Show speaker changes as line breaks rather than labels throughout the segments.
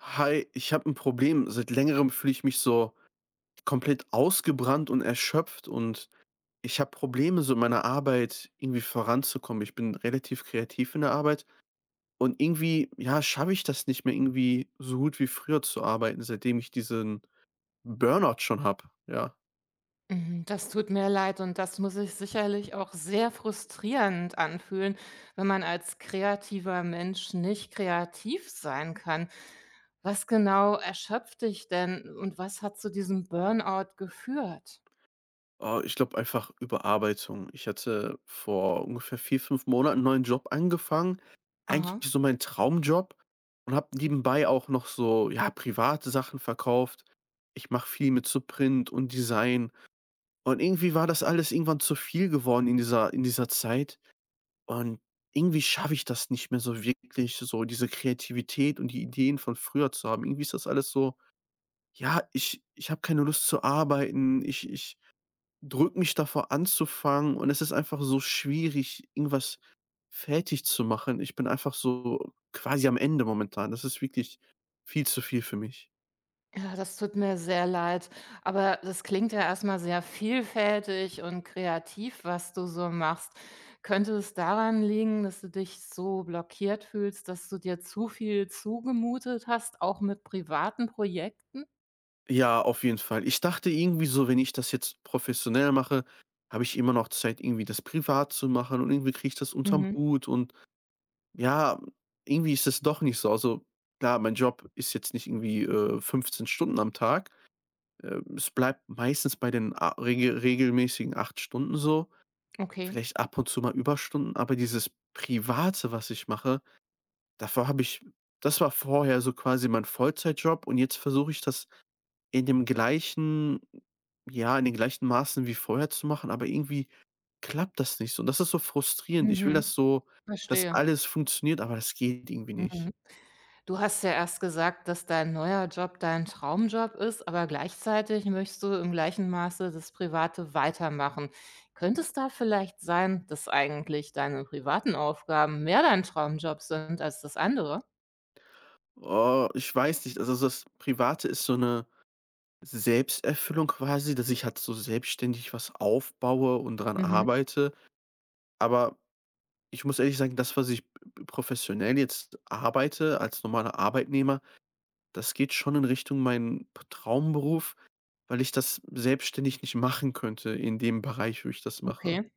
Hi, ich habe ein Problem. Seit Längerem fühle ich mich so komplett ausgebrannt und erschöpft, und ich habe Probleme, so in meiner Arbeit irgendwie voranzukommen. Ich bin relativ kreativ in der Arbeit und irgendwie, ja, schaffe ich das nicht mehr, irgendwie so gut wie früher zu arbeiten, seitdem ich diesen Burnout schon habe, ja.
Mhm, das tut mir leid und das muss sich sicherlich auch sehr frustrierend anfühlen, wenn man als kreativer Mensch nicht kreativ sein kann. Was genau erschöpft dich denn und was hat zu diesem Burnout geführt?
Oh, ich glaube einfach Überarbeitung. Ich hatte vor ungefähr 4, 5 Monaten 'n neuen Job angefangen, eigentlich
Aha.
so mein Traumjob, und habe nebenbei auch noch so, ja, private Sachen verkauft. Ich mache viel mit so Print und Design, und irgendwie war das alles irgendwann zu viel geworden in dieser Zeit. Und irgendwie schaffe ich das nicht mehr so wirklich, so diese Kreativität und die Ideen von früher zu haben. Irgendwie ist das alles so, ja, ich habe keine Lust zu arbeiten, ich drückt mich davor anzufangen, und es ist einfach so schwierig, irgendwas fertig zu machen. Ich bin einfach so quasi am Ende momentan. Das ist wirklich viel zu viel für mich.
Ja, das tut mir sehr leid. Aber das klingt ja erstmal sehr vielfältig und kreativ, was du so machst. Könnte es daran liegen, dass du dich so blockiert fühlst, dass du dir zu viel zugemutet hast, auch mit privaten Projekten?
Ja, auf jeden Fall. Ich dachte irgendwie so, wenn ich das jetzt professionell mache, habe ich immer noch Zeit, irgendwie das privat zu machen, und irgendwie kriege ich das unterm
Mhm.
Hut, und ja, irgendwie ist es doch nicht so. Also klar, mein Job ist jetzt nicht irgendwie 15 Stunden am Tag. Es bleibt meistens bei den regelmäßigen 8 Stunden so.
Okay.
Vielleicht ab und zu mal Überstunden, aber dieses Private, was ich mache, davor habe ich, das war vorher so quasi mein Vollzeitjob, und jetzt versuche ich das in dem gleichen, ja, in den gleichen Maßen wie vorher zu machen, aber irgendwie klappt das nicht so, und das ist so frustrierend. Ich will
Mhm.
das so, dass
Verstehe.
alles funktioniert, aber das geht irgendwie
Mhm.
nicht.
Du hast ja erst gesagt, dass dein neuer Job dein Traumjob ist, aber gleichzeitig möchtest du im gleichen Maße das Private weitermachen. Könnte es da vielleicht sein, dass eigentlich deine privaten Aufgaben mehr dein Traumjob sind als das andere?
Oh, ich weiß nicht, also das Private ist so eine Selbsterfüllung quasi, dass ich halt so selbstständig was aufbaue und dran
Mhm,
arbeite, aber ich muss ehrlich sagen, das, was ich professionell jetzt arbeite als normaler Arbeitnehmer, das geht schon in Richtung meinen p Traumberuf, weil ich das selbstständig nicht machen könnte in dem Bereich, wo ich das mache.
okay.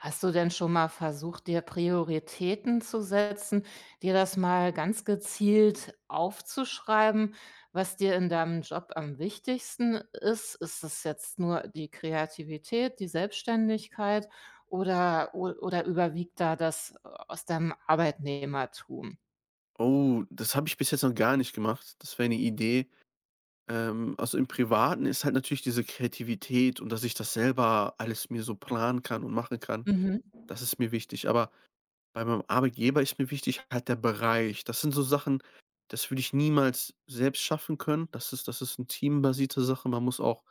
Hast du denn schon mal versucht, dir Prioritäten zu setzen, dir das mal ganz gezielt aufzuschreiben, was dir in deinem Job am wichtigsten ist? Ist es jetzt nur die Kreativität, die Selbstständigkeit oder, oder überwiegt da das aus deinem Arbeitnehmertum?
Oh, das habe ich bis jetzt noch gar nicht gemacht. Das wäre eine Idee. Also, im Privaten ist halt natürlich diese Kreativität, und dass ich das selber alles mir so planen kann und machen kann,
Mhm.
das ist mir wichtig. Aber bei meinem Arbeitgeber ist mir wichtig halt der Bereich. Das sind so Sachen, das würde ich niemals selbst schaffen können. Das ist, das ist 'ne teambasierte Sache. Man muss auch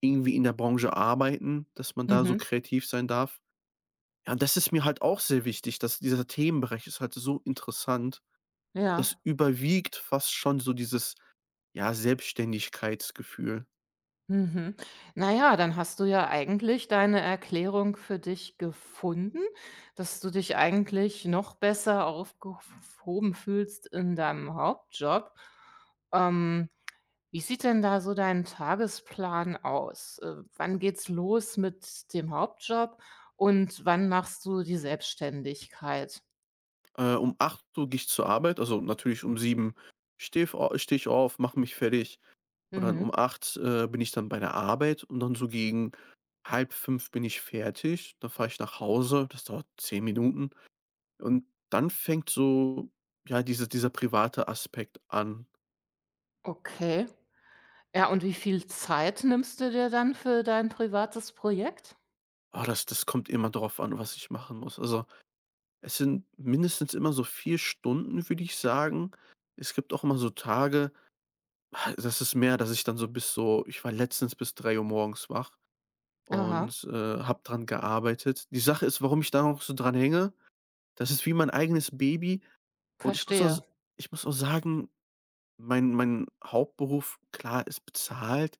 irgendwie in der Branche arbeiten, dass man da so
Mhm.
kreativ sein darf. Ja, und das ist mir halt auch sehr wichtig, dass dieser Themenbereich ist halt so interessant. Das
Ja.
überwiegt fast schon so dieses, ja, Selbstständigkeitsgefühl.
Mhm. Na ja, dann hast du ja eigentlich deine Erklärung für dich gefunden, dass du dich eigentlich noch besser aufgehoben fühlst in deinem Hauptjob. Ähm, Wie sieht denn da so dein Tagesplan aus? Wann geht's los mit dem Hauptjob und wann machst du die Selbstständigkeit?
Um 8 gehe ich zur Arbeit, also natürlich um sieben stehe ich auf, mache mich fertig. Und dann um
Mhm.
8 bin ich dann bei der Arbeit, und dann so gegen halb fünf bin ich fertig. Dann fahre ich nach Hause, das dauert 10 Minuten. Und dann fängt so, ja, dieser private Aspekt an.
Okay. Ja, und wie viel Zeit nimmst du dir dann für dein privates Projekt?
Ah, das kommt immer drauf an, was ich machen muss. Also, es sind mindestens immer so 4 Stunden, würde ich sagen. Es gibt auch immer so Tage, das ist mehr, dass ich dann so bis so, ich war letztens bis drei Uhr morgens wach
Aha,
und, habe dran gearbeitet. Die Sache ist, warum ich da noch so dran hänge: Das ist wie mein eigenes Baby, und
verstehe.
ich muss auch sagen, mein Hauptberuf, klar, ist bezahlt,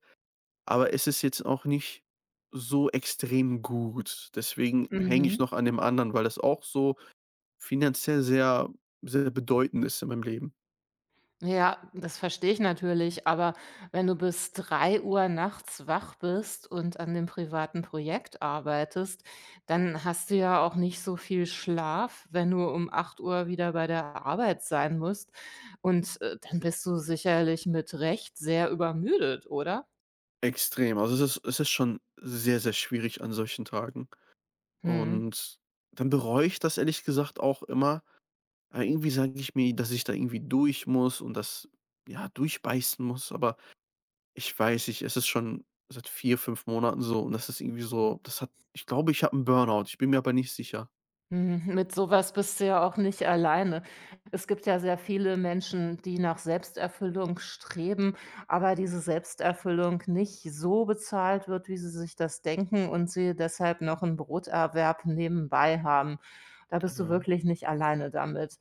aber es ist jetzt auch nicht so extrem gut. Deswegen hänge ich
Mhm.
noch an dem anderen, weil das auch so finanziell sehr, sehr bedeutend ist in meinem Leben.
Ja, das verstehe ich natürlich, aber wenn du bis 3 Uhr nachts wach bist und an dem privaten Projekt arbeitest, dann hast du ja auch nicht so viel Schlaf, wenn du um 8 Uhr wieder bei der Arbeit sein musst. Und, dann bist du sicherlich mit Recht sehr übermüdet, oder?
Extrem. Also, es ist schon sehr, sehr schwierig an solchen Tagen.
Mhm.
Und dann bereue ich das ehrlich gesagt auch immer, aber irgendwie sage ich mir, dass ich da irgendwie durch muss, und das, ja, durchbeißen muss, aber ich weiß nicht, es ist schon seit 4 5 Monaten so, und das ist irgendwie so, das hat, ich glaube, ich habe einen Burnout, ich bin mir aber nicht sicher.
Mhm, mit sowas bist du ja auch nicht alleine. Es gibt ja sehr viele Menschen, die nach Selbsterfüllung streben, aber diese Selbsterfüllung nicht so bezahlt wird, wie sie sich das denken und sie deshalb noch einen Broterwerb nebenbei haben. Da bist du
Genau.
wirklich nicht alleine damit.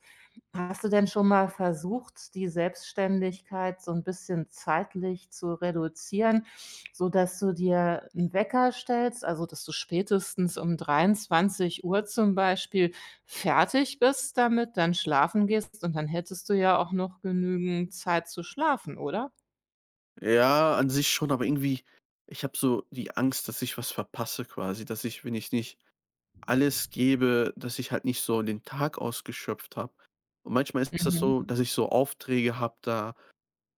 Hast du denn schon mal versucht, die Selbstständigkeit so ein bisschen zeitlich zu reduzieren, so dass du dir einen Wecker stellst, also, dass du spätestens um 23 Uhr zum Beispiel fertig bist damit, dann schlafen gehst und dann hättest du ja auch noch genügend Zeit zu schlafen, oder?
Ja, an sich schon, aber irgendwie, ich habe so die Angst, dass ich was verpasse quasi, dass ich, wenn ich nicht alles gebe, dass ich halt nicht so den Tag ausgeschöpft habe. Und manchmal ist das
Mhm.
so, dass ich so Aufträge habe da,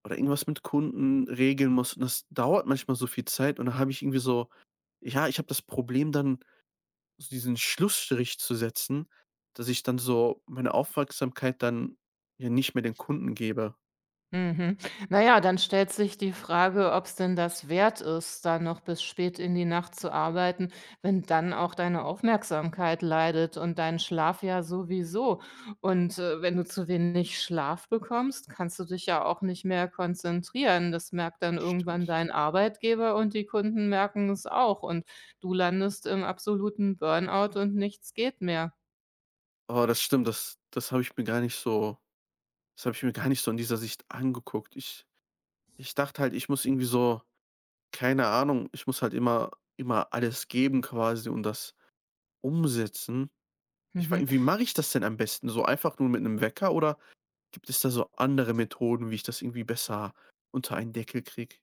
oder irgendwas mit Kunden regeln muss, und das dauert manchmal so viel Zeit, und dann habe ich irgendwie so, ja, ich habe das Problem dann, so diesen Schlussstrich zu setzen, dass ich dann so meine Aufmerksamkeit dann ja nicht mehr den Kunden gebe.
Mhm. Na ja, dann stellt sich die Frage, ob es denn das wert ist, da noch bis spät in die Nacht zu arbeiten, wenn dann auch deine Aufmerksamkeit leidet und dein Schlaf ja sowieso. Und, wenn du zu wenig Schlaf bekommst, kannst du dich ja auch nicht mehr konzentrieren. Das merkt dann irgendwann
Stimmt.
dein Arbeitgeber und die Kunden merken es auch und du landest im absoluten Burnout und nichts geht mehr.
Oh, das stimmt, das habe ich mir gar nicht so, das habe ich mir gar nicht so in dieser Sicht angeguckt. Ich dachte halt, ich muss irgendwie so, keine Ahnung, ich muss halt immer alles geben quasi und das umsetzen. Ich
Mhm.
wei Wie mache ich das denn am besten? So einfach nur mit einem Wecker, oder gibt es da so andere Methoden, wie ich das irgendwie besser unter einen Deckel kriege?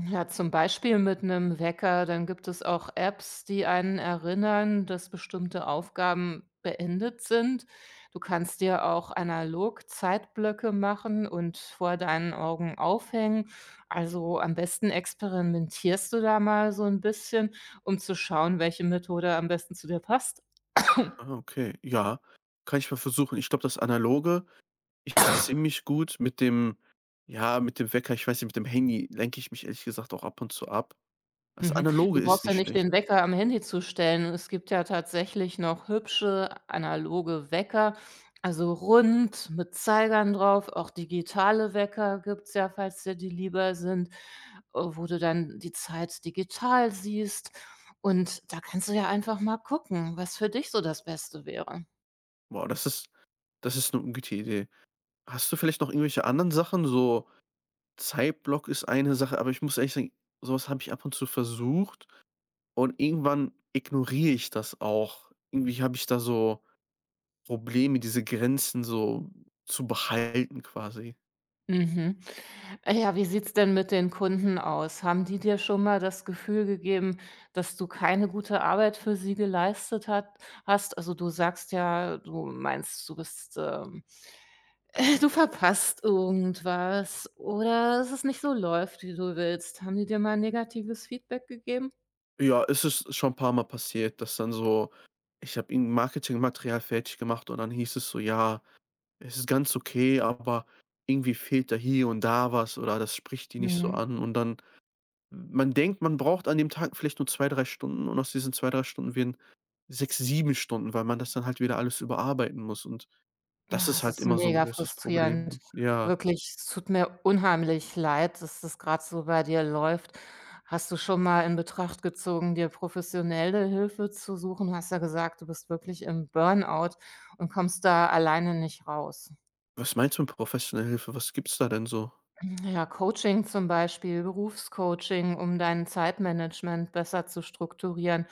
Ja, zum Beispiel mit einem Wecker. Dann gibt es auch Apps, die einen erinnern, dass bestimmte Aufgaben beendet sind. Du kannst dir auch analog Zeitblöcke machen und vor deinen Augen aufhängen. Also, am besten experimentierst du da mal so ein bisschen, um zu schauen, welche Methode am besten zu dir passt.
Ah, okay. Ja, kann ich mal versuchen. Ich glaube, das Analoge, ich ziemlich gut mit dem, ja, mit dem Wecker, ich weiß nicht, mit dem Handy lenke ich mich ehrlich gesagt auch ab und zu ab. Das
Mhm.
Analoge
Du
ist
brauchst ja
nicht
nicht
schlecht.
den Wecker am Handy zu stellen. Es gibt ja tatsächlich noch hübsche analoge Wecker, also rund mit Zeigern drauf. Auch digitale Wecker gibt es ja, falls dir die lieber sind, wo du dann die Zeit digital siehst. Und da kannst du ja einfach mal gucken, was für dich so das Beste wäre.
Wow, das ist eine gute Idee. Hast du vielleicht noch irgendwelche anderen Sachen? So Zeitblock ist eine Sache, aber ich muss ehrlich sagen, sowas habe ich ab und zu versucht und irgendwann ignoriere ich das auch. Irgendwie habe ich da so Probleme, diese Grenzen so zu behalten quasi.
Mhm. Ja, wie sieht's denn mit den Kunden aus? Haben die dir schon mal das Gefühl gegeben, dass du keine gute Arbeit für sie geleistet hat hast? Also, du sagst ja, du meinst, du bist, du verpasst irgendwas oder es ist nicht so läuft, wie du willst. Haben die dir mal negatives Feedback gegeben?
Ja, es ist schon ein paar Mal passiert, dass dann so, ich habe irgend Marketingmaterial fertig gemacht und dann hieß es so: „Ja, es ist ganz okay, aber irgendwie fehlt da hier und da was, oder das spricht die nicht so
Mhm.
an.“ Und dann, man denkt, man braucht an dem Tag vielleicht nur 2 3 Stunden, und aus diesen 2 3 Stunden werden 6 7 Stunden, weil man das dann halt wieder alles überarbeiten muss, und das
Ja,
ist
es
halt
ist
immer so ein
mega
großes
frustrierend.
Problem. Ja.
Wirklich, es tut mir unheimlich leid, dass das gerade so bei dir läuft. Hast du schon mal in Betracht gezogen, dir professionelle Hilfe zu suchen? Du hast ja gesagt, du bist wirklich im Burnout und kommst da alleine nicht raus.
Was meinst du mit professioneller Hilfe? Was gibt's da denn so?
Ja, Coaching zum Beispiel, Berufscoaching, um dein Zeitmanagement besser zu strukturieren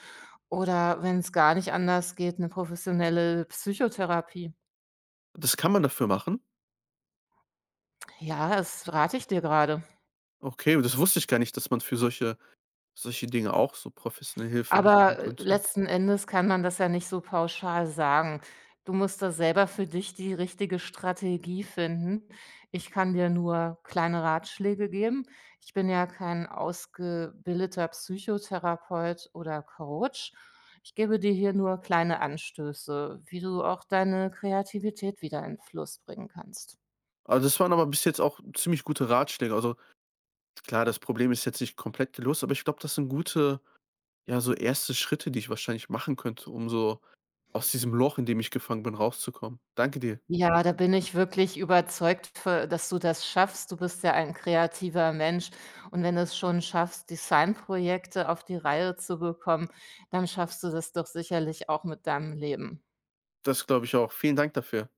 oder wenn es gar nicht anders geht, eine professionelle Psychotherapie.
Das kann man dafür machen?
Ja, das rate ich dir gerade.
Okay, das wusste ich gar nicht, dass man für solche Dinge auch so professionelle Hilfe bekommen
Aber,
könnte.
letzten Endes kann man das ja nicht so pauschal sagen. Du musst da selber für dich die richtige Strategie finden. Ich kann dir nur kleine Ratschläge geben. Ich bin ja kein ausgebildeter Psychotherapeut oder Coach. Ich gebe dir hier nur kleine Anstöße, wie du auch deine Kreativität wieder in Fluss bringen kannst.
Also, das waren aber bis jetzt auch ziemlich gute Ratschläge. Also, klar, das Problem ist jetzt nicht komplett gelöst, aber ich glaube, das sind gute, ja, so erste Schritte, die ich wahrscheinlich machen könnte, um so aus diesem Loch, in dem ich gefangen bin, rauszukommen. Danke dir.
Ja, da bin ich wirklich überzeugt v dass du das schaffst. Du bist ja ein kreativer Mensch und wenn du es schon schaffst, Designprojekte auf die Reihe zu bekommen, dann schaffst du das doch sicherlich auch mit deinem Leben.
Das glaube ich auch. Vielen Dank dafür.